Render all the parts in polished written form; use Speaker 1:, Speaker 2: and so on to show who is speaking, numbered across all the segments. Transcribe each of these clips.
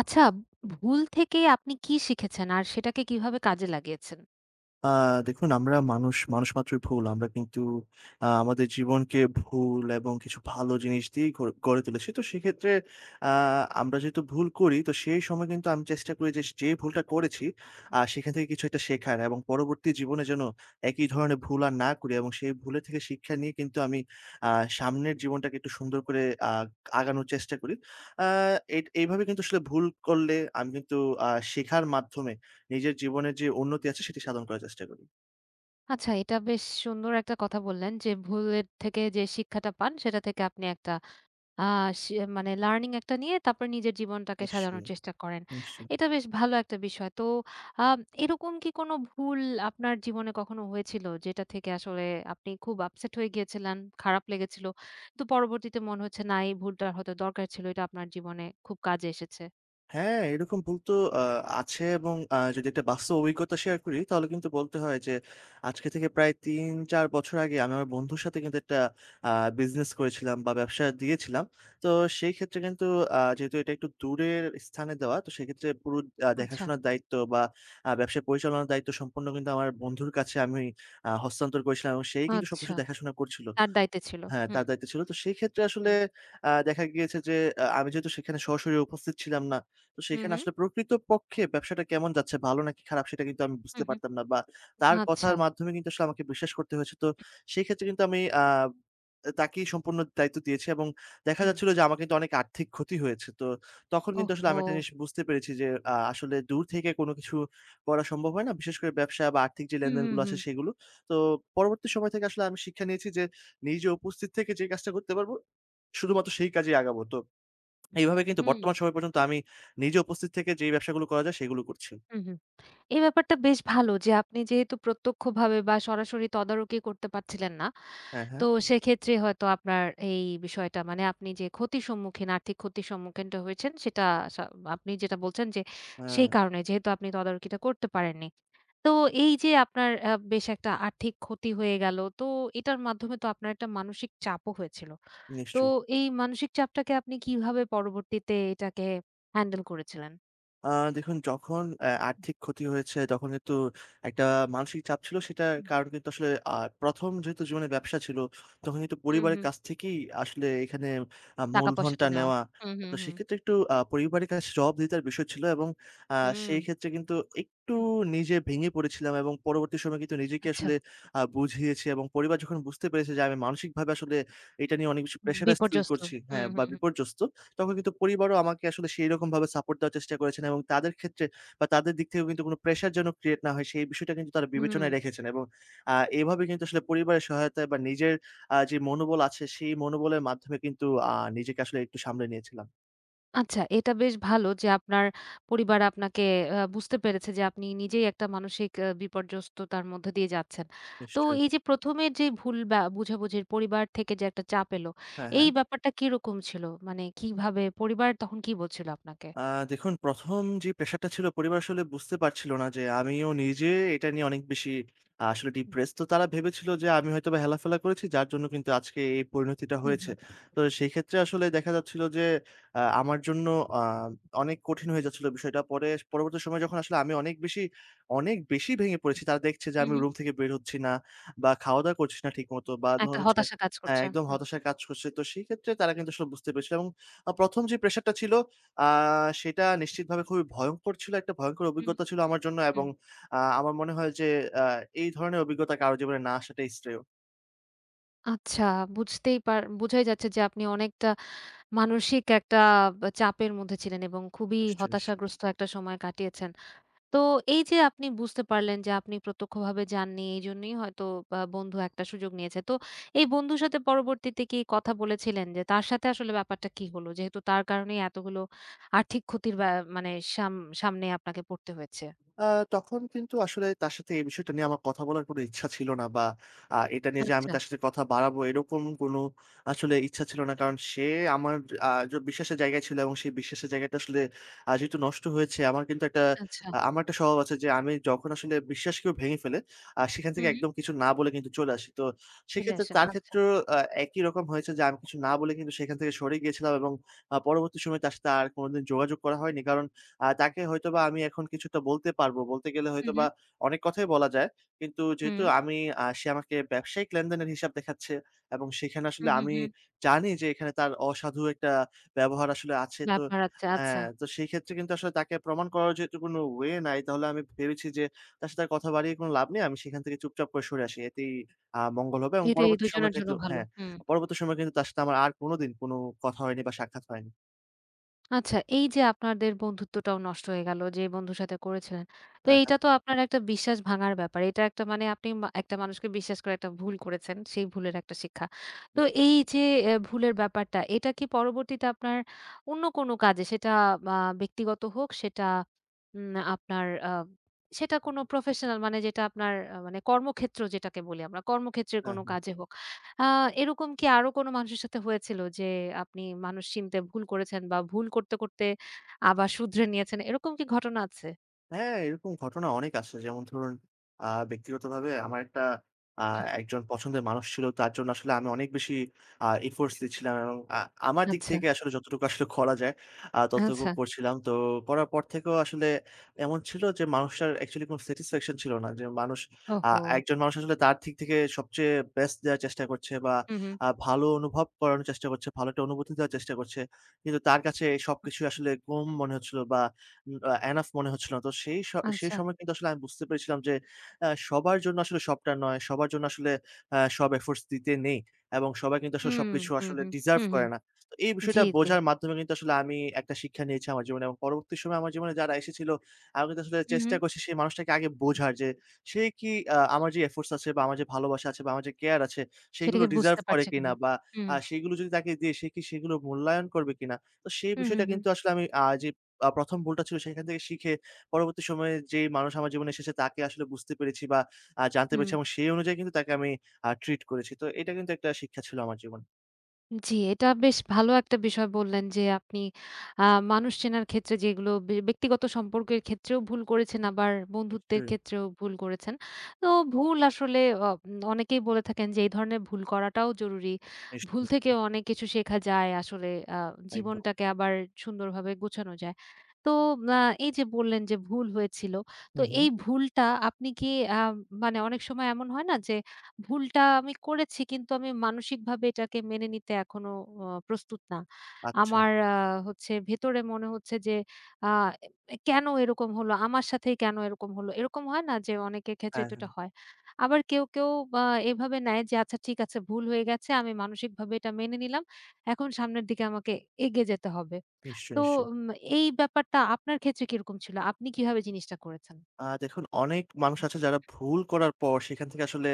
Speaker 1: আচ্ছা, ভুল থেকে আপনি কি শিখেছেন? আর সেটাকে কিভাবে কাজে লাগিয়েছেন?
Speaker 2: আ দেখুন আমরা মানুষ, মানুষ মাত্রই ভুল। আমরা কিন্তু আমাদের জীবনকে ভুল এবং কিছু ভালো জিনিস দিয়েই গড়ে গড়ে তুলেছি। তো সেক্ষেত্রে আ আমরা যেহেতু ভুল করি, তো সেই সময় কিন্তু আমি চেষ্টা করি যে, যে ভুলটা করেছি সেখান থেকে কিছু একটা শেখার এবং পরবর্তী জীবনে যেন একই ধরনের ভুল আর না করি, এবং সেই ভুলের থেকে শিক্ষা নিয়ে কিন্তু আমি আ সামনের জীবনটাকে একটু সুন্দর করে আ আগানোর চেষ্টা করি। আ এট এইভাবে কিন্তু আসলে ভুল করলে আমি কিন্তু শেখার মাধ্যমে নিজের জীবনের যে উন্নতি আছে, সেটি সাধন করার চেষ্টা করি।
Speaker 1: আচ্ছা, এটা বেশ সুন্দর একটা কথা বললেন যে, ভুলের থেকে যে শিক্ষাটা পান, সেটা থেকে আপনি একটা আ সে মানে লার্নিং একটা নিয়ে তারপর নিজের জীবনটাকে সাজানোর
Speaker 2: নিশ্চয়ই,
Speaker 1: চেষ্টা করেন।
Speaker 2: নিশ্চয়ই।
Speaker 1: এটা বেশ ভালো একটা বিষয়। তো আ এরকম কি কোনো ভুল আপনার জীবনে কখনো হয়েছিল, যেটা থেকে আসলে আপনি খুব আপসেট হয়ে গিয়েছিলেন, খারাপ লেগেছিল? তো পরবর্তীতে মনে হচ্ছে না এই ভুলটা হয়তো দরকার ছিল। এটা আপনার জীবনে খুব কাজে এসেছে।
Speaker 2: হ্যাঁ, এরকম ভুল তো আ আছে, এবং যদি একটা বাস্তব অভিজ্ঞতা শেয়ার করি তাহলে কিন্তু বলতে হয় যে, আজকে থেকে প্রায় ৩-৪ বছর আগে আমি আমার বন্ধুর সাথে কিন্তু একটা আ বিজনেস করেছিলাম বা ব্যবসা দিয়েছিলাম। তো সেই ক্ষেত্রে কিন্তু যেহেতু এটা একটু দূরের স্থানে দেওয়া, তো সেক্ষেত্রে পুরো
Speaker 1: আচ্ছা,
Speaker 2: দেখাশোনার দায়িত্ব বা ব্যবসা পরিচালনার দায়িত্ব সম্পূর্ণ কিন্তু আমার বন্ধুর কাছে আমি হস্তান্তর করেছিলাম, এবং সেই কিন্তু সবকিছু
Speaker 1: আচ্ছা।
Speaker 2: দেখাশোনা করছিল।
Speaker 1: তার দায়িত্বে ছিল।
Speaker 2: হ্যাঁ,
Speaker 1: হুম,
Speaker 2: তার দায়িত্ব ছিল। তো সেই ক্ষেত্রে আসলে
Speaker 1: হুম,
Speaker 2: দেখা গিয়েছে যে, আমি যেহেতু সেখানে সরাসরি উপস্থিত ছিলাম না, তো
Speaker 1: হুম,
Speaker 2: সেখানে
Speaker 1: হুম,
Speaker 2: আসলে প্রকৃতপক্ষে ব্যবসাটা কেমন যাচ্ছে, ভালো নাকি খারাপ, সেটা কিন্তু আমি বুঝতে
Speaker 1: হুম, হুম।
Speaker 2: পারতাম না, বা তার
Speaker 1: আচ্ছা।
Speaker 2: কথার মাধ্যমে কিন্তু আসলে আমাকে বিশ্বাস করতে হয়েছে। তো সেই ক্ষেত্রে কিন্তু আমি আ আ তাকেই সম্পূর্ণ দায়িত্ব দিয়েছি, এবং দেখা
Speaker 1: হুম।
Speaker 2: যাচ্ছিল যে আমার কিন্তু অনেক আর্থিক ক্ষতি হয়েছে। তো তখন কিন্তু আসলে আমি
Speaker 1: ওহহো!
Speaker 2: একটা জিনিস বুঝতে পেরেছি যে, আসলে দূর থেকে কোনো কিছু করা সম্ভব হয় না, বিশেষ করে ব্যবসা বা আর্থিক যে
Speaker 1: হুম, হুম,
Speaker 2: লেনদেনগুলো আছে
Speaker 1: হুম।
Speaker 2: সেগুলো। তো পরবর্তী সময় থেকে আসলে আমি শিক্ষা নিয়েছি যে, নিজে উপস্থিত থেকে যে কাজটা করতে পারবো, শুধুমাত্র সেই কাজেই আগাবো। তো
Speaker 1: হুম,
Speaker 2: এইভাবে কিন্তু
Speaker 1: হুম, হুম।
Speaker 2: বর্তমান সময় পর্যন্ত আমি নিজে উপস্থিত থেকে যেই ব্যবসাগুলো করা যায় সেগুলো করছি।
Speaker 1: হুম। এই ব্যাপারটা বেশ ভালো যে আপনি যেহেতু প্রত্যক্ষভাবে বা সরাসরি তদারকি করতে পারছিলেন না,
Speaker 2: হ্যাঁ, হ্যাঁ।
Speaker 1: তো সেক্ষেত্রে হয়তো আপনার এই বিষয়টা মানে আপনি যে ক্ষতির সম্মুখীন, আর্থিক ক্ষতির সম্মুখীনটা হয়েছেন, সেটা সা আপনি যেটা বলছেন যে
Speaker 2: হ্যাঁ,
Speaker 1: সেই কারণে যেহেতু আপনি তদারকিটা করতে পারেননি। তো এই যে আপনার বেশ একটা আর্থিক ক্ষতি হয়ে গেল, তো এটার মাধ্যমে তো আপনার একটা মানসিক চাপও হয়েছিল। তো
Speaker 2: নিশ্চয়ই।
Speaker 1: এই মানসিক চাপটাকে আপনি কিভাবে পরবর্তীতে এটাকে হ্যান্ডেল করেছিলেন?
Speaker 2: আ দেখুন, যখন আর্থিক ক্ষতি হয়েছে, তখন কিন্তু একটা মানসিক চাপ ছিল। সেটার কারণ কিন্তু আসলে, ১ম যেহেতু জীবনে ব্যবসা ছিল, তখন কিন্তু
Speaker 1: হুম,
Speaker 2: পরিবারের
Speaker 1: হুম।
Speaker 2: কাছ থেকেই আসলে এখানে
Speaker 1: টাকা
Speaker 2: মূলধনটা
Speaker 1: পয়সাটা নেওয়া।
Speaker 2: নেওয়া।
Speaker 1: হুম, হুম,
Speaker 2: তো
Speaker 1: হুম।
Speaker 2: সেক্ষেত্রে একটু পরিবারের কাছে জবাবদিহিতার বিষয় ছিল, এবং আ
Speaker 1: হুম।
Speaker 2: সেই ক্ষেত্রে কিন্তু একটু
Speaker 1: হুম,
Speaker 2: নিজে ভেঙে পড়েছিলাম, এবং পরবর্তী সময়ে কিন্তু নিজেকে
Speaker 1: আচ্ছা।
Speaker 2: আসলে বুঝিয়েছি, এবং পরিবার যখন বুঝতে পেরেছে যে আমি মানসিকভাবে আসলে এটা নিয়ে অনেক বেশি প্রেশারাইজড ফিল
Speaker 1: বিপর্যস্ত।
Speaker 2: করছি, হ্যাঁ,
Speaker 1: হুম,
Speaker 2: বা
Speaker 1: হুম, হুম।
Speaker 2: বিপর্যস্ত। তখন কিন্তু পরিবারও আমাকে আসলে সেইরকমভাবে সাপোর্ট দেওয়ার চেষ্টা করেছেন, এবং তাদের ক্ষেত্রে বা তাদের দিক থেকেও কিন্তু কোনো প্রেশার যেন ক্রিয়েট না হয় সেই বিষয়টা কিন্তু তারা
Speaker 1: হুম,
Speaker 2: বিবেচনায় রেখেছেন, এবং আ এভাবে কিন্তু আসলে পরিবারের সহায়তায় বা নিজের যে মনোবল আছে সেই মনোবলের মাধ্যমে কিন্তু নিজেকে আসলে একটু সামলে নিয়েছিলাম।
Speaker 1: আচ্ছা, এটা বেশ ভালো যে আপনার পরিবার আপনাকে বুঝতে পেরেছে যে আপনি নিজেই একটা মানসিক বিপর্যস্ততার মধ্য দিয়ে যাচ্ছেন। তো
Speaker 2: নিশ্চয়ই।
Speaker 1: এই যে ১ম এর যে ভুল বা বুঝাবুঝির পরিবার থেকে যে একটা চাপ এলো,
Speaker 2: হ্যাঁ,
Speaker 1: এই
Speaker 2: হ্যাঁ।
Speaker 1: ব্যাপারটা কিরকম ছিল? মানে কিভাবে পরিবার তখন কি বলছিল আপনাকে?
Speaker 2: আ দেখুন, ১ম যে প্রেশারটা ছিল, পরিবার আসলে বুঝতে পারছিল না যে আমিও নিজে এটা নিয়ে অনেক বেশি আসলে
Speaker 1: হুম।
Speaker 2: ডিপ্রেসড। তো তারা ভেবেছিল যে আমি হয়তোবা হেলাফেলা করেছি, যার জন্য কিন্তু আজকে এই পরিণতিটা
Speaker 1: হুম,
Speaker 2: হয়েছে।
Speaker 1: হুম।
Speaker 2: তো সেই ক্ষেত্রে আসলে দেখা যাচ্ছিল যে আমার জন্য আ অনেক কঠিন হয়ে যাচ্ছিল বিষয়টা। পরে পরবর্তী সময়ে যখন আসলে আমি অনেক বেশি, অনেক বেশি ভেঙে পড়েছি, তারা দেখছে যে
Speaker 1: হুম,
Speaker 2: আমি
Speaker 1: হুম।
Speaker 2: রুম থেকে বের হচ্ছি না বা খাওয়া-দাওয়া করছি না ঠিকমতো, বা
Speaker 1: একটা
Speaker 2: ধরুন হচ্ছে,
Speaker 1: হতাশা কাজ
Speaker 2: হ্যাঁ,
Speaker 1: করছে।
Speaker 2: একদম
Speaker 1: হুম।
Speaker 2: হতাশা কাজ করছে। তো সেই ক্ষেত্রে তারা কিন্তু আসলে বুঝতে পেরেছিল, এবং ১ম যে প্রেশারটা ছিল আ সেটা নিশ্চিতভাবে খুবই ভয়ংকর ছিল। একটা ভয়ংকর
Speaker 1: হুম,
Speaker 2: অভিজ্ঞতা ছিল আমার জন্য, এবং
Speaker 1: হুম।
Speaker 2: আমার মনে হয় যে আ এই ধরনের অভিজ্ঞতা কারো জীবনে না আসাটাই শ্রেয়।
Speaker 1: আচ্ছা, বুঝতেই পার, বোঝাই যাচ্ছে যে আপনি অনেকটা মানসিক একটা বা চাপের মধ্যে ছিলেন এবং খুবই
Speaker 2: নিশ্চয়ই, নিশ্চয়ই।
Speaker 1: হতাশাগ্রস্ত একটা সময় কাটিয়েছেন। তো এই যে আপনি বুঝতে পারলেন যে আপনি প্রত্যক্ষভাবে যাননি, এইজন্যই হয়তো বা বন্ধু একটা সুযোগ নিয়েছে। তো এই বন্ধুর সাথে পরবর্তীতে কি কথা বলেছিলেন যে তার সাথে আসলে ব্যাপারটা কি হলো? যেহেতু তার কারণেই এতগুলো আর্থিক ক্ষতির ব্যা মানে সাম সামনে আপনাকে পড়তে হয়েছে।
Speaker 2: আ তখন কিন্তু আসলে তার সাথে এই বিষয়টা নিয়ে আমার কথা বলার কোনো ইচ্ছা ছিল না, বা এটা নিয়ে যে আমি
Speaker 1: আচ্ছা,
Speaker 2: তার সাথে কথা বাড়াবো এরকম কোনো আসলে ইচ্ছা ছিল না। কারণ সে আমার আ য বিশ্বাসের জায়গায় ছিল, এবং সেই বিশ্বাসের জায়গাটা আসলে যেহেতু নষ্ট হয়েছে, আমার কিন্তু একটা,
Speaker 1: আচ্ছা।
Speaker 2: আমার একটা স্বভাব আছে যে, আমি যখন আসলে বিশ্বাস কেউ ভেঙে ফেলে, সেখান
Speaker 1: হু,
Speaker 2: থেকে
Speaker 1: হু।
Speaker 2: একদম কিছু না বলে কিন্তু চলে আসি। তো
Speaker 1: চলে
Speaker 2: সেক্ষেত্রে
Speaker 1: আসেন।
Speaker 2: তার
Speaker 1: আচ্ছা।
Speaker 2: ক্ষেত্রেও আ একই রকম হয়েছে যে আমি কিছু না বলে কিন্তু সেখান থেকে সরে গিয়েছিলাম, এবং পরবর্তী সময়ে তার সাথে আর কোনোদিন যোগাযোগ করা হয়নি। কারণ তাকে হয়তোবা আমি এখন কিছুটা বলতে পারবো, বলতে গেলে
Speaker 1: হু, হু।
Speaker 2: হয়তোবা অনেক কথাই বলা যায়। কিন্তু
Speaker 1: হুম।
Speaker 2: যেহেতু আমি, সে আমাকে ব্যবসায়িক লেনদেনের হিসাব দেখাচ্ছে, এবং সেখানে
Speaker 1: হু,
Speaker 2: আসলে
Speaker 1: হু,
Speaker 2: আমি
Speaker 1: হু।
Speaker 2: জানি যে এখানে তার অসাধু একটা ব্যবহার আসলে আছে। তো
Speaker 1: ব্যাপার আছে। আচ্ছা।
Speaker 2: হ্যাঁ, তো সেই ক্ষেত্রে কিন্তু আসলে তাকে প্রমাণ করার যেহেতু কোনো ওয়ে নাই, তাহলে আমি ভেবেছি যে তার সাথে আর কথা বাড়িয়ে কোনো লাভ নেই। আমি সেখান থেকে চুপচাপ করে সরে আসি। এতেই মঙ্গল হবে, এবং
Speaker 1: এটা এই
Speaker 2: পরবর্তী সময়ে
Speaker 1: দুজনের জন্য
Speaker 2: কিন্তু,
Speaker 1: ভালো।
Speaker 2: হ্যাঁ,
Speaker 1: হুম।
Speaker 2: পরবর্তী সময়ে কিন্তু তার সাথে আমার আর কোনোদিন কোনো কথা হয়নি বা সাক্ষাৎ হয়নি।
Speaker 1: আচ্ছা, এই যে আপনাদের বন্ধুত্বটাও নষ্ট হয়ে গেল, যে বন্ধুর সাথে করেছিলেন। তো
Speaker 2: হ্যাঁ, হ্যাঁ।
Speaker 1: এইটা তো আপনার একটা বিশ্বাস ভাঙার ব্যাপার। এটা একটা মানে আপনি একটা মানুষকে বিশ্বাস করে একটা ভুল করেছেন। সেই ভুলের একটা শিক্ষা। তো এই যে এ ভুলের ব্যাপারটা, এটা কি পরবর্তীতে আপনার অন্য কোনো কাজে, সেটা ব্যক্তিগত হোক, সেটা উম আপনার সেটা কোনো প্রফেশনাল মানে যেটা আপনার মানে কর্মক্ষেত্র যেটাকে বলি আমরা, কর্মক্ষেত্রের
Speaker 2: হ্যাঁ,
Speaker 1: কোনো
Speaker 2: হ্যাঁ।
Speaker 1: কাজে হোক, আ এরকম কি আরো কোনো মানুষের সাথে হয়েছিল যে আপনি মানুষ চিনতে ভুল করেছেন বা ভুল করতে আবার শুধরে নিয়েছেন? এরকম কি ঘটনা আছে?
Speaker 2: হ্যাঁ, এরকম ঘটনা অনেক আছে। যেমন ধরুন, ব্যক্তিগতভাবে আমার একটা আ একজন পছন্দের মানুষ ছিল। তার জন্য আসলে আমি অনেক বেশি এফোর্টস দিচ্ছিলাম, এবং আমার দিক
Speaker 1: আচ্ছা,
Speaker 2: থেকে আসলে যতটুকু আসলে করা যায় ততটুকু
Speaker 1: আচ্ছা।
Speaker 2: করছিলাম। তো করার পর থেকেও আসলে এমন ছিল যে মানুষটার অ্যাকচুয়ালি কোনো স্যাটিসফ্যাকশন ছিল না। যে মানুষ, আ
Speaker 1: ওহো!
Speaker 2: একজন মানুষ আসলে তার দিক থেকে সবচেয়ে বেস্ট দেওয়ার চেষ্টা করছে, বা
Speaker 1: হু, হু।
Speaker 2: ভালো অনুভব করানোর চেষ্টা করছে, ভালো একটা অনুভূতি দেওয়ার চেষ্টা করছে, কিন্তু তার কাছে সবকিছু আসলে কম মনে হচ্ছিল, বা উম আ এনাফ মনে হচ্ছিল না। তো সেই
Speaker 1: আচ্ছা।
Speaker 2: সময় কিন্তু আসলে আমি বুঝতে পেরেছিলাম যে সবার জন্য আসলে সবটা নয়, সবার জন্য আসলে সব এফোর্টস দিতে নেই, এবং সবাই কিন্তু আসলে
Speaker 1: হুম,
Speaker 2: সবকিছু
Speaker 1: হুম,
Speaker 2: আসলে
Speaker 1: হুম,
Speaker 2: ডিজার্ভ
Speaker 1: হুম,
Speaker 2: করে
Speaker 1: হুম।
Speaker 2: না। তো এই
Speaker 1: জি,
Speaker 2: বিষয়টা
Speaker 1: জি।
Speaker 2: বোঝার মাধ্যমে কিন্তু আসলে আমি একটা শিক্ষা নিয়েছি আমার জীবনে, এবং পরবর্তী সময়ে আমার জীবনে যারা এসেছিল, আমি কিন্তু আসলে
Speaker 1: হু, হু।
Speaker 2: চেষ্টা করছি সেই মানুষটাকে আগে বোঝার, যে সে কি আমার যে এফোর্টস আছে, বা আমার যে ভালোবাসা আছে, বা আমার যে কেয়ার আছে, সেগুলো
Speaker 1: সেটাকে
Speaker 2: ডিজার্ভ
Speaker 1: বুঝতে
Speaker 2: করে
Speaker 1: পারছে
Speaker 2: কিনা,
Speaker 1: কিনা।
Speaker 2: বা
Speaker 1: হুম,
Speaker 2: সেগুলো যদি তাকে দেই সে কি সেগুলো মূল্যায়ন করবে কিনা? তো সেই
Speaker 1: হু, হু,
Speaker 2: বিষয়টা
Speaker 1: হু,
Speaker 2: কিন্তু আসলে আমি, আ যে আ ১ম ভুলটা ছিল সেখান থেকে শিখে পরবর্তী সময়ে যেই মানুষ আমার জীবনে এসেছে তাকে আসলে বুঝতে পেরেছি, বা জানতে
Speaker 1: হুম।
Speaker 2: পেরেছি, এবং সেই অনুযায়ী কিন্তু তাকে আমি ট্রিট করেছি। তো এটা কিন্তু একটা শিক্ষা ছিল আমার জীবনে।
Speaker 1: জি, এটা বেশ ভালো একটা বিষয় বললেন যে আপনি আ মানুষ চেনার ক্ষেত্রে যেগুলো, ব্যক্তিগত সম্পর্কের ক্ষেত্রেও ভুল করেছেন আবার বন্ধুত্বের
Speaker 2: নিশ্চয়ই,
Speaker 1: ক্ষেত্রেও ভুল করেছেন। তো ভুল আসলে অ অনেকেই বলে থাকেন যে এই ধরনের ভুল করাটাও জরুরি।
Speaker 2: নিশ্চয়ই,
Speaker 1: ভুল
Speaker 2: নিশ্চয়ই।
Speaker 1: থেকেও অনেক কিছু শেখা যায় আসলে, আ
Speaker 2: একদম।
Speaker 1: জীবনটাকে আবার সুন্দরভাবে গোছানো যায়। তো আ এই যে বললেন যে ভুল হয়েছিল।
Speaker 2: হু,
Speaker 1: তো
Speaker 2: হু।
Speaker 1: এই ভুলটা আপনি কি আ মানে, অনেক সময় এমন হয় না যে ভুলটা আমি করেছি কিন্তু আমি মানসিকভাবে এটাকে মেনে নিতে এখনো প্রস্তুত না।
Speaker 2: আচ্ছা।
Speaker 1: আমার হচ্ছে ভেতরে মনে হচ্ছে যে, আ এ কেন এরকম হলো? আমার সাথেই কেন এরকম হলো? এরকম হয় না যে অনেকের ক্ষেত্রে
Speaker 2: হ্যাঁ,
Speaker 1: তো এটা
Speaker 2: হ্যাঁ।
Speaker 1: হয়। আবার কেউ আ এভাবে নেয় যে আচ্ছা ঠিক আছে, ভুল হয়ে গেছে, আমি মানসিকভাবে এটা মেনে নিলাম। এখন সামনের দিকে আমাকে এগিয়ে যেতে হবে।
Speaker 2: নিশ্চয়ই,
Speaker 1: তো
Speaker 2: নিশ্চয়ই।
Speaker 1: উম এই ব্যাপারটা আপনার ক্ষেত্রে কিরকম ছিল? আপনি কিভাবে জিনিসটা করেছেন?
Speaker 2: দেখুন, অনেক মানুষ আছে যারা ভুল করার পর সেখান থেকে আসলে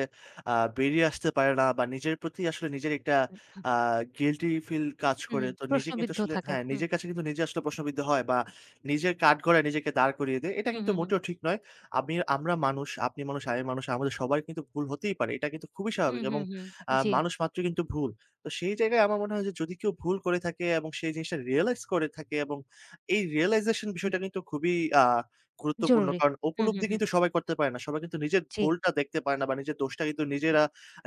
Speaker 2: আ বেরিয়ে আসতে পারে না, বা নিজের প্রতি আসলে নিজের একটা
Speaker 1: হুম,
Speaker 2: আ গিল্টি ফিল কাজ
Speaker 1: হুম।
Speaker 2: করে। তো নিজে কিন্তু
Speaker 1: প্রশ্নবিদ্ধ
Speaker 2: আসলে,
Speaker 1: থাকে।
Speaker 2: হ্যাঁ,
Speaker 1: হুম,
Speaker 2: নিজের কাছে কিন্তু নিজে আসলে প্রশ্নবিদ্ধ হয়, বা নিজের কাঠগড়ায় নিজেকে দাঁড় করিয়ে দেয়। এটা
Speaker 1: হুম,
Speaker 2: কিন্তু
Speaker 1: হুম, হুম।
Speaker 2: মোটেও ঠিক নয়। আমি, আমরা মানুষ, আপনি মানুষ, আমি মানুষ, আমাদের সবার কিন্তু ভুল হতেই পারে। এটা কিন্তু খুবই
Speaker 1: হুম,
Speaker 2: স্বাভাবিক, এবং
Speaker 1: হুম, হুম। জি,
Speaker 2: মানুষ মাত্রই কিন্তু ভুল। তো সেই জায়গায় আমার মনে হয় যে, যদি কেউ ভুল করে থাকে এবং সেই জিনিসটা রিয়ালাইজ করে থাকে, এবং এই রিয়ালাইজেশন
Speaker 1: হুম,
Speaker 2: বিষয়টা কিন্তু খুবই আ গুরুত্বপূর্ণ।
Speaker 1: জরুরি।
Speaker 2: কারণ
Speaker 1: হুম, হুম,
Speaker 2: উপলব্ধি
Speaker 1: হুম।
Speaker 2: কিন্তু সবাই করতে পারে না। সবাই কিন্তু নিজের
Speaker 1: জি।
Speaker 2: ভুলটা দেখতে পারে না, বা নিজের দোষটা কিন্তু
Speaker 1: হুম।
Speaker 2: নিজেরা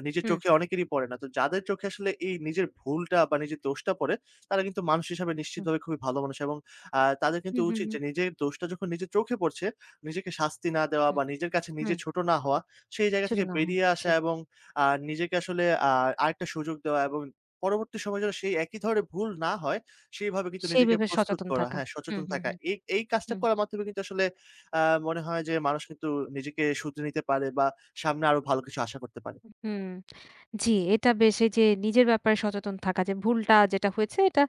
Speaker 2: নিজের চোখে অনেকেরই পড়ে না। তো যাদের চোখে আসলে এই নিজের ভুলটা বা নিজের দোষটা পড়ে, তারা কিন্তু মানুষ হিসাবে
Speaker 1: হুম।
Speaker 2: নিশ্চিতভাবে খুবই ভালো মানুষ, এবং তাদের কিন্তু
Speaker 1: হুম, হুম,
Speaker 2: উচিত
Speaker 1: হুম।
Speaker 2: যে, নিজের দোষটা যখন নিজের চোখে পড়ছে, নিজেকে শাস্তি না দেওয়া,
Speaker 1: হুম।
Speaker 2: বা নিজের কাছে নিজে
Speaker 1: হুম।
Speaker 2: ছোট না হওয়া, সেই জায়গা
Speaker 1: ছোট
Speaker 2: থেকে
Speaker 1: না হন।
Speaker 2: বেরিয়ে আসা,
Speaker 1: জি।
Speaker 2: এবং নিজেকে আসলে আরেকটা সুযোগ দেওয়া, এবং পরবর্তী সময়ে যেন সেই একই ধরনের ভুল না হয়, সেইভাবে কিন্তু
Speaker 1: সেই
Speaker 2: নিজেকে
Speaker 1: ভেবে
Speaker 2: প্রস্তুত
Speaker 1: সচেতন
Speaker 2: করা,
Speaker 1: থাকা।
Speaker 2: হ্যাঁ,
Speaker 1: হুম,
Speaker 2: সচেতন
Speaker 1: হুম,
Speaker 2: থাকা।
Speaker 1: হুম,
Speaker 2: এই এই কাজটা
Speaker 1: হুম।
Speaker 2: করার মাধ্যমে কিন্তু আসলে আ মনে হয় যে, মানুষ কিন্তু নিজেকে শুধরে নিতে পারে, বা সামনে আরো ভালো কিছু আশা করতে পারে।
Speaker 1: হুম। জি, এটা বেশ, এই যে নিজের ব্যাপারে সচেতন থাকা যে ভুলটা যেটা হয়েছে, এটা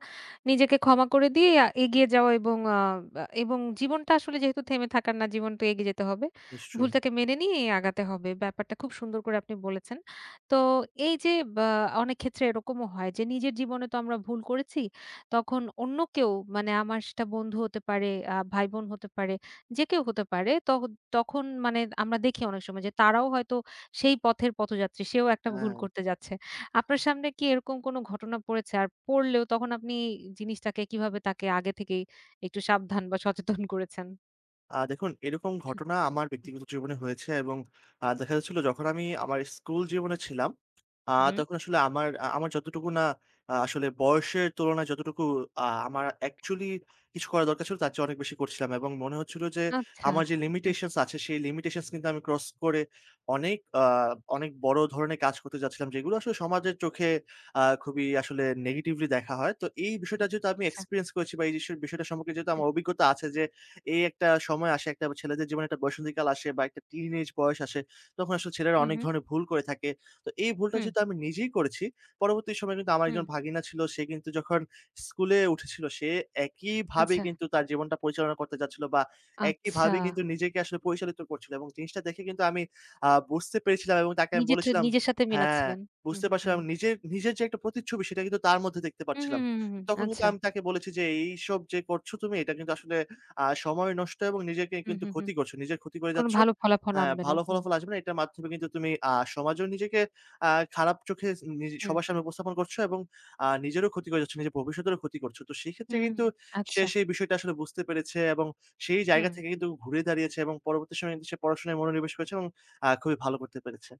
Speaker 1: নিজেকে ক্ষমা করে দিয়ে এগিয়ে যাওয়া এবং আ আ এবং জীবনটা আসলে যেহেতু থেমে থাকার না, জীবন তো এগিয়ে যেতে হবে।
Speaker 2: নিশ্চয়ই।
Speaker 1: ভুলটাকে মেনে নিয়ে আগাতে হবে। ব্যাপারটা খুব সুন্দর করে আপনি বলেছেন। তো এই যে বা অনেক ক্ষেত্রে এরকমও হয় যে নিজের জীবনে তো আমরা ভুল করেছি। তখন অন্য কেউ মানে আমার, সেটা বন্ধু হতে পারে, ভাই-বোন হতে পারে, যে কেউ হতে পারে। তখন মানে আমরা দেখি অনেক সময় যে তারাও হয়তো সেই পথের পথযাত্রী, সেও একটা ভুল
Speaker 2: হ্যাঁ।
Speaker 1: করতে যাচ্ছে। আপনার সামনে কি এরকম কোনো ঘটনা পড়েছে? আর পড়লেও তখন আপনি জিনিসটাকে কিভাবে, তাকে আগে থেকেই একটু সাবধান বা সচেতন করেছেন?
Speaker 2: দেখুন, এরকম ঘটনা আমার ব্যক্তিগত জীবনে হয়েছে, এবং দেখা যাচ্ছিল, যখন আমি আমার স্কুল জীবনে ছিলাম, আ
Speaker 1: হুম।
Speaker 2: তখন আসলে আমার, আমার যতটুকু না আসলে বয়সের তুলনায় যতটুকু আমার অ্যাকচুয়ালি কিছু করা দরকার ছিল, তার চেয়ে অনেক বেশি করছিলাম, এবং মনে হচ্ছিল যে
Speaker 1: আচ্ছা,
Speaker 2: আমার যে
Speaker 1: আচ্ছা,
Speaker 2: লিমিটেশনস আছে সেই লিমিটেশনস কিন্তু আমি ক্রস করে অনেক, অনেক বড় ধরনের কাজ করতে যাচ্ছিলাম যেগুলো আসলে সমাজের চোখে খুবই আসলে নেগেটিভলি দেখা হয়। তো এই বিষয়টা
Speaker 1: হুম,
Speaker 2: যেহেতু আমি
Speaker 1: আচ্ছা,
Speaker 2: এক্সপেরিয়েন্স করেছি, বা এই বিষয়টা সম্পর্কে যেহেতু
Speaker 1: হুম,
Speaker 2: আমার অভিজ্ঞতা আছে যে, এই একটা সময় আসে, একটা ছেলেদের জীবনে একটা বসন্তীকাল আসে, বা একটা টিন এজ বয়স আসে। তখন আসলে ছেলেরা
Speaker 1: হুম,
Speaker 2: অনেক
Speaker 1: হুম,
Speaker 2: ধরনের ভুল করে থাকে। তো এই ভুলটা
Speaker 1: হুম,
Speaker 2: যেহেতু আমি নিজেই করেছি, পরবর্তী সময়ে কিন্তু আমার
Speaker 1: হুম,
Speaker 2: একজন ভাগিনা ছিল। সে কিন্তু যখন স্কুলে উঠেছিল, সে একইভাবে
Speaker 1: আচ্ছা,
Speaker 2: কিন্তু তার জীবনটা পরিচালনা করতে যাচ্ছিল, বা
Speaker 1: আচ্ছা।
Speaker 2: একইভাবে কিন্তু নিজেকে আসলে পরিচালিত করছিল, এবং জিনিসটা দেখে কিন্তু আমি বুঝতে পেরেছিলাম, এবং তাকে আমি
Speaker 1: নিজেরটা
Speaker 2: বলেছিলাম,
Speaker 1: নিজের সাথে
Speaker 2: হ্যাঁ,
Speaker 1: মেলাচ্ছিলেন। হুম,
Speaker 2: বুঝতে
Speaker 1: হুম,
Speaker 2: পারছিলাম
Speaker 1: হুম,
Speaker 2: নিজের, নিজের যে একটা প্রতিচ্ছবি সেটা কিন্তু তার মধ্যে দেখতে
Speaker 1: হুম,
Speaker 2: পারছিলাম।
Speaker 1: হুম, হুম, হুম, হুম,
Speaker 2: তখন কিন্তু
Speaker 1: আচ্ছা।
Speaker 2: আমি তাকে বলেছি যে, "এইসব যে করছো তুমি, এটা কিন্তু আসলে সময় নষ্ট, এবং নিজেকে
Speaker 1: হুম,
Speaker 2: কিন্তু
Speaker 1: হুম, হুম।
Speaker 2: ক্ষতি করছো। নিজের ক্ষতি করে
Speaker 1: কোনো
Speaker 2: যাচ্ছ।
Speaker 1: ভালো ফলাফল
Speaker 2: হ্যাঁ,
Speaker 1: আনবে না।
Speaker 2: ভালো
Speaker 1: হুম,
Speaker 2: ফলাফল আসবে না। এটার মাধ্যমে কিন্তু তুমি সমাজেও নিজেকে আ খারাপ চোখে নিজে
Speaker 1: হুম,
Speaker 2: সবার সামনে উপস্থাপন করছো, এবং নিজেরও ক্ষতি করে যাচ্ছ। নিজের ভবিষ্যতেরও ক্ষতি করছো।" তো সেক্ষেত্রে
Speaker 1: হুম,
Speaker 2: কিন্তু সে
Speaker 1: আচ্ছা,
Speaker 2: সেই বিষয়টা আসলে বুঝতে পেরেছে, এবং সেই জায়গা
Speaker 1: হুম।
Speaker 2: থেকে কিন্তু ঘুরে দাঁড়িয়েছে, এবং পরবর্তী সময়ে কিন্তু সে পড়াশোনায় মনোনিবেশ করেছে, এবং খুবই ভালো করতে পেরেছে।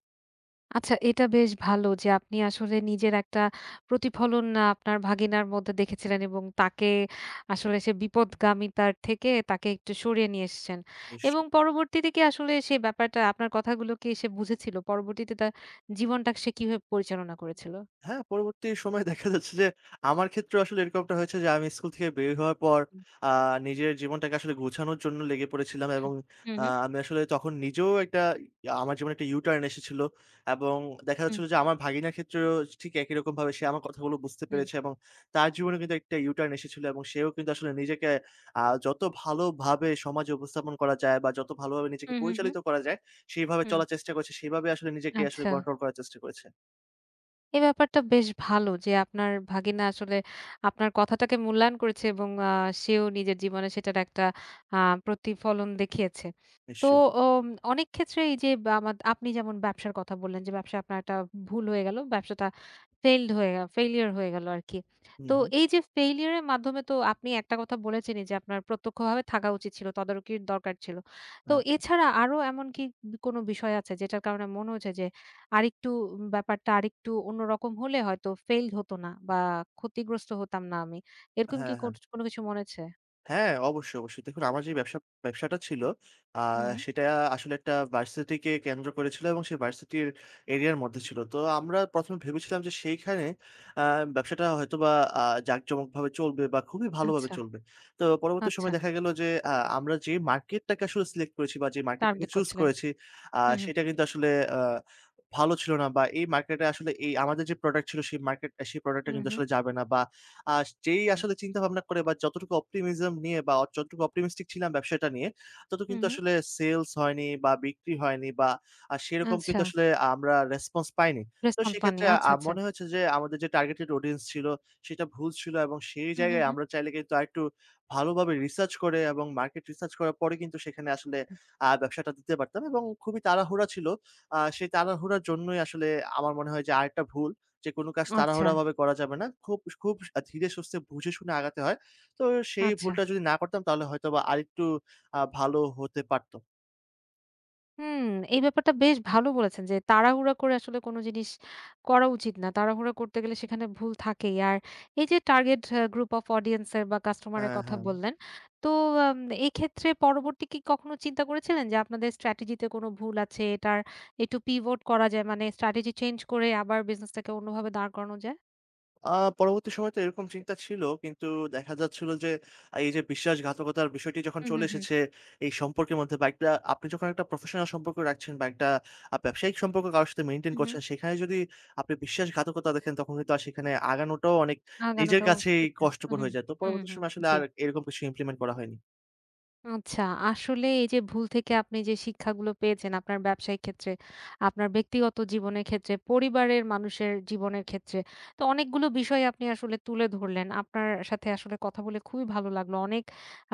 Speaker 1: আচ্ছা, এটা বেশ ভালো যে আপনি আসলে নিজের একটা প্রতিফলন আপনার ভাগিনার মধ্যে দেখেছিলেন এবং তাকে আসলে সে বিপদগামিতার থেকে তাকে একটু সরিয়ে নিয়ে এসেছেন। এবং
Speaker 2: নিশ্চয়ই।
Speaker 1: পরবর্তীতে কি আসলে সে ব্যাপারটা, আপনার কথাগুলো কি সে বুঝেছিল? পরবর্তীতে তার জীবনটা সে কিভাবে পরিচালনা করেছিল?
Speaker 2: হ্যাঁ, পরবর্তী সময়ে দেখা যাচ্ছে যে, আমার ক্ষেত্রেও আসলে এরকমটা হয়েছে যে, আমি স্কুল থেকে বের হওয়ার পর
Speaker 1: হুম,
Speaker 2: আ নিজের জীবনটাকে আসলে গুছানোর জন্য লেগে পড়েছিলাম, এবং
Speaker 1: হুম,
Speaker 2: আমি আসলে তখন নিজেও একটা, আমার জীবনে একটা U-turn এসেছিল, এবং দেখা
Speaker 1: হুম,
Speaker 2: যাচ্ছিল যে আমার ভাগিনার ক্ষেত্রেও ঠিক একই রকমভাবে সে আমার কথাগুলো বুঝতে
Speaker 1: হুম,
Speaker 2: পেরেছে, এবং তার জীবনে কিন্তু একটা U-turn এসেছিল, এবং সেও কিন্তু আসলে নিজেকে যত ভালোভাবে সমাজে উপস্থাপন করা যায়, বা যত ভালোভাবে নিজেকে
Speaker 1: হুম, হুম, হুম।
Speaker 2: পরিচালিত করা যায় সেইভাবে
Speaker 1: হুম,
Speaker 2: চলার চেষ্টা করেছে, সেভাবে আসলে নিজেকে আসলে
Speaker 1: আচ্ছা।
Speaker 2: কন্ট্রোল করার চেষ্টা করেছে।
Speaker 1: এই ব্যাপারটা বেশ ভালো যে আপনার ভাগিনা আসলে আপনার কথাটাকে মূল্যায়ন করেছে এবং সেও নিজের জীবনে সেটার একটা আ প্রতিফলন দেখিয়েছে। তো
Speaker 2: নিশ্চয়ই।
Speaker 1: ওম অনেক ক্ষেত্রে এই যে, বা আপনি যেমন ব্যবসার কথা বললেন যে ব্যবসায় আপনার একটা ভুল হয়ে গেল। ব্যবসাটা ফেইলড হয়ে ফেইলিউর হয়ে গেল আরকি।
Speaker 2: হুম,
Speaker 1: তো
Speaker 2: হুম।
Speaker 1: এই যে ফেইলিউর এর মাধ্যমে তো আপনি একটা কথা বলেছেনই যে আপনার প্রত্যক্ষভাবে থাকা উচিত ছিল, তদারকির দরকার ছিল। তো
Speaker 2: হ্যাঁ,
Speaker 1: এছাড়া আরো এমন কি কোনো বিষয় আছে যেটার কারণে মনে হয়েছে যে আরেকটু, ব্যাপারটা আরেকটু অন্যরকম হলে হয়তো ফেইলড হতো না বা ক্ষতিগ্রস্ত হতাম না আমি। এরকম কি
Speaker 2: হ্যাঁ, হ্যাঁ।
Speaker 1: কোনো কিছু মনে আছে?
Speaker 2: হ্যাঁ, অবশ্যই, অবশ্যই। দেখুন আমার যে ব্যবসাটা ছিল, আ
Speaker 1: হুম, হুম।
Speaker 2: সেটা আসলে একটা ভার্সিটিকে কেন্দ্র করে ছিল, এবং সেই ভার্সিটির এরিয়ার মধ্যে ছিল। তো আমরা ১ম এ ভেবেছিলাম যে, সেইখানে আ ব্যবসাটা হয়তোবা আ জাঁকজমকভাবে চলবে, বা খুবই ভালোভাবে
Speaker 1: আচ্ছা,
Speaker 2: চলবে। তো পরবর্তী
Speaker 1: আচ্ছা।
Speaker 2: সময়ে দেখা গেল যে, আমরা যে মার্কেটটাকে আসলে সিলেক্ট করেছি, বা যে মার্কেটটাকে
Speaker 1: টার্গেট
Speaker 2: চুজ
Speaker 1: করছিলেন।
Speaker 2: করেছি,
Speaker 1: হুম, হুম।
Speaker 2: সেটা কিন্তু আসলে আ ভালো ছিল না, বা এই মার্কেটে আসলে এই আমাদের যে প্রোডাক্ট ছিল সেই মার্কেট, সেই প্রোডাক্টটা
Speaker 1: হুম,
Speaker 2: কিন্তু
Speaker 1: হুম।
Speaker 2: আসলে যাবে না, বা আ যেই আসলে চিন্তা ভাবনা করে, বা যতটুকু অপটিমিজম নিয়ে, বা যতটুকু অপটিমিস্টিক ছিলাম ব্যবসাটা নিয়ে, তত
Speaker 1: হুম,
Speaker 2: কিন্তু
Speaker 1: হুম।
Speaker 2: আসলে সেলস হয়নি বা বিক্রি হয়নি, বা সেরকম কিন্তু
Speaker 1: আচ্ছা।
Speaker 2: আসলে আমরা রেসপন্স পাইনি। তো
Speaker 1: রেসপন্স পাননি।
Speaker 2: সেক্ষেত্রে আ
Speaker 1: আচ্ছা,
Speaker 2: আ-
Speaker 1: আচ্ছা।
Speaker 2: মনে হয়েছে যে, আমাদের যে টার্গেটেড অডিয়েন্স ছিল সেটা ভুল ছিল, এবং সেই
Speaker 1: হুম, হুম,
Speaker 2: জায়গায়
Speaker 1: হুম।
Speaker 2: আমরা চাইলে কিন্তু আরেকটু ভালোভাবে রিসার্চ করে এবং মার্কেট রিসার্চ করার পরে কিন্তু সেখানে আসলে ব্যবসাটা দিতে পারতাম, এবং খুবই তাড়াহুড়া ছিল। সেই তাড়াহুড়ার জন্যই আসলে আমার মনে হয় যে, আরেকটা ভুল, যে কোনো কাজ
Speaker 1: আচ্ছা,
Speaker 2: তাড়াহুড়াভাবে করা যাবে না। খুব, খুব ধীরে সুস্থে বুঝে শুনে আগাতে হয়। তো সেই
Speaker 1: আচ্ছা।
Speaker 2: ভুলটা যদি না করতাম তাহলে হয়তোবা আরেকটু ভালো হতে পারত।
Speaker 1: হুম, এই ব্যাপারটা বেশ ভালো বলেছেন যে তাড়াহুড়া করে আসলে কোনো জিনিস করা উচিত না। তাড়াহুড়া করতে গেলে সেখানে ভুল থাকেই। আর এই যে টার্গেট গ্রুপ অফ অডিয়েন্স এর বা কাস্টমারের
Speaker 2: হ্যাঁ,
Speaker 1: কথা
Speaker 2: হ্যাঁ।
Speaker 1: বললেন। তো আম এক্ষেত্রে পরবর্তী কি কখনো চিন্তা করেছিলেন যে আপনাদের স্ট্র্যাটেজিতে কোনো ভুল আছে, এটার একটু পিভট করা যায়, মানে স্ট্র্যাটেজি চেঞ্জ করে আবার বিজনেসটাকে অন্যভাবে দাঁড় করানো যায়?
Speaker 2: আ পরবর্তী সময়ে তো এরকম চিন্তা ছিল, কিন্তু দেখা যাচ্ছিল যে, এই যে বিশ্বাসঘাতকতার বিষয়টি যখন
Speaker 1: হুম,
Speaker 2: চলে
Speaker 1: হুম, হুম।
Speaker 2: এসেছে এই সম্পর্কের মধ্যে, বা একটা, আপনি যখন একটা প্রফেশনাল সম্পর্ক রাখছেন, বা একটা ব্যবসায়িক সম্পর্ক কারো সাথে মেইনটেইন
Speaker 1: হুম, হুম।
Speaker 2: করছেন, সেখানে যদি আপনি বিশ্বাসঘাতকতা দেখেন, তখন কিন্তু আর সেখানে আগানোটাও অনেক নিজের
Speaker 1: আগানোটাও
Speaker 2: কাছেই
Speaker 1: ঠিক না। হুম,
Speaker 2: কষ্টকর
Speaker 1: হুম।
Speaker 2: হয়ে যায়। তো
Speaker 1: হুম, হুম,
Speaker 2: পরবর্তী
Speaker 1: হুম।
Speaker 2: সময়ে আসলে
Speaker 1: জি।
Speaker 2: আর এরকম কিছু ইমপ্লিমেন্ট করা হয়নি।
Speaker 1: আচ্ছা, আসলে এই যে ভুল থেকে আপনি যে শিক্ষাগুলো পেয়েছেন আপনার ব্যবসায়িক ক্ষেত্রে, আপনার ব্যক্তিগত জীবনের ক্ষেত্রে, পরিবারের মানুষের জীবনের ক্ষেত্রে। তো অনেকগুলো বিষয় আপনি আসলে তুলে ধরলেন। আপনার সাথে আসলে কথা বলে খুবই ভালো লাগলো। অনেক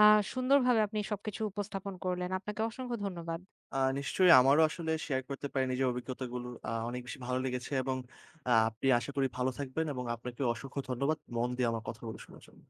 Speaker 1: আ সুন্দরভাবে আপনি সবকিছু উপস্থাপন করলেন। আপনাকে অসংখ্য ধন্যবাদ।
Speaker 2: নিশ্চয়ই, আমারও আসলে শেয়ার করতে পারি নিজের অভিজ্ঞতাগুলো। অনেক বেশি ভালো লেগেছে, এবং আপনি আশা করি ভালো থাকবেন, এবং আপনাকে অসংখ্য ধন্যবাদ মন দিয়ে আমার কথাগুলো শোনার জন্য।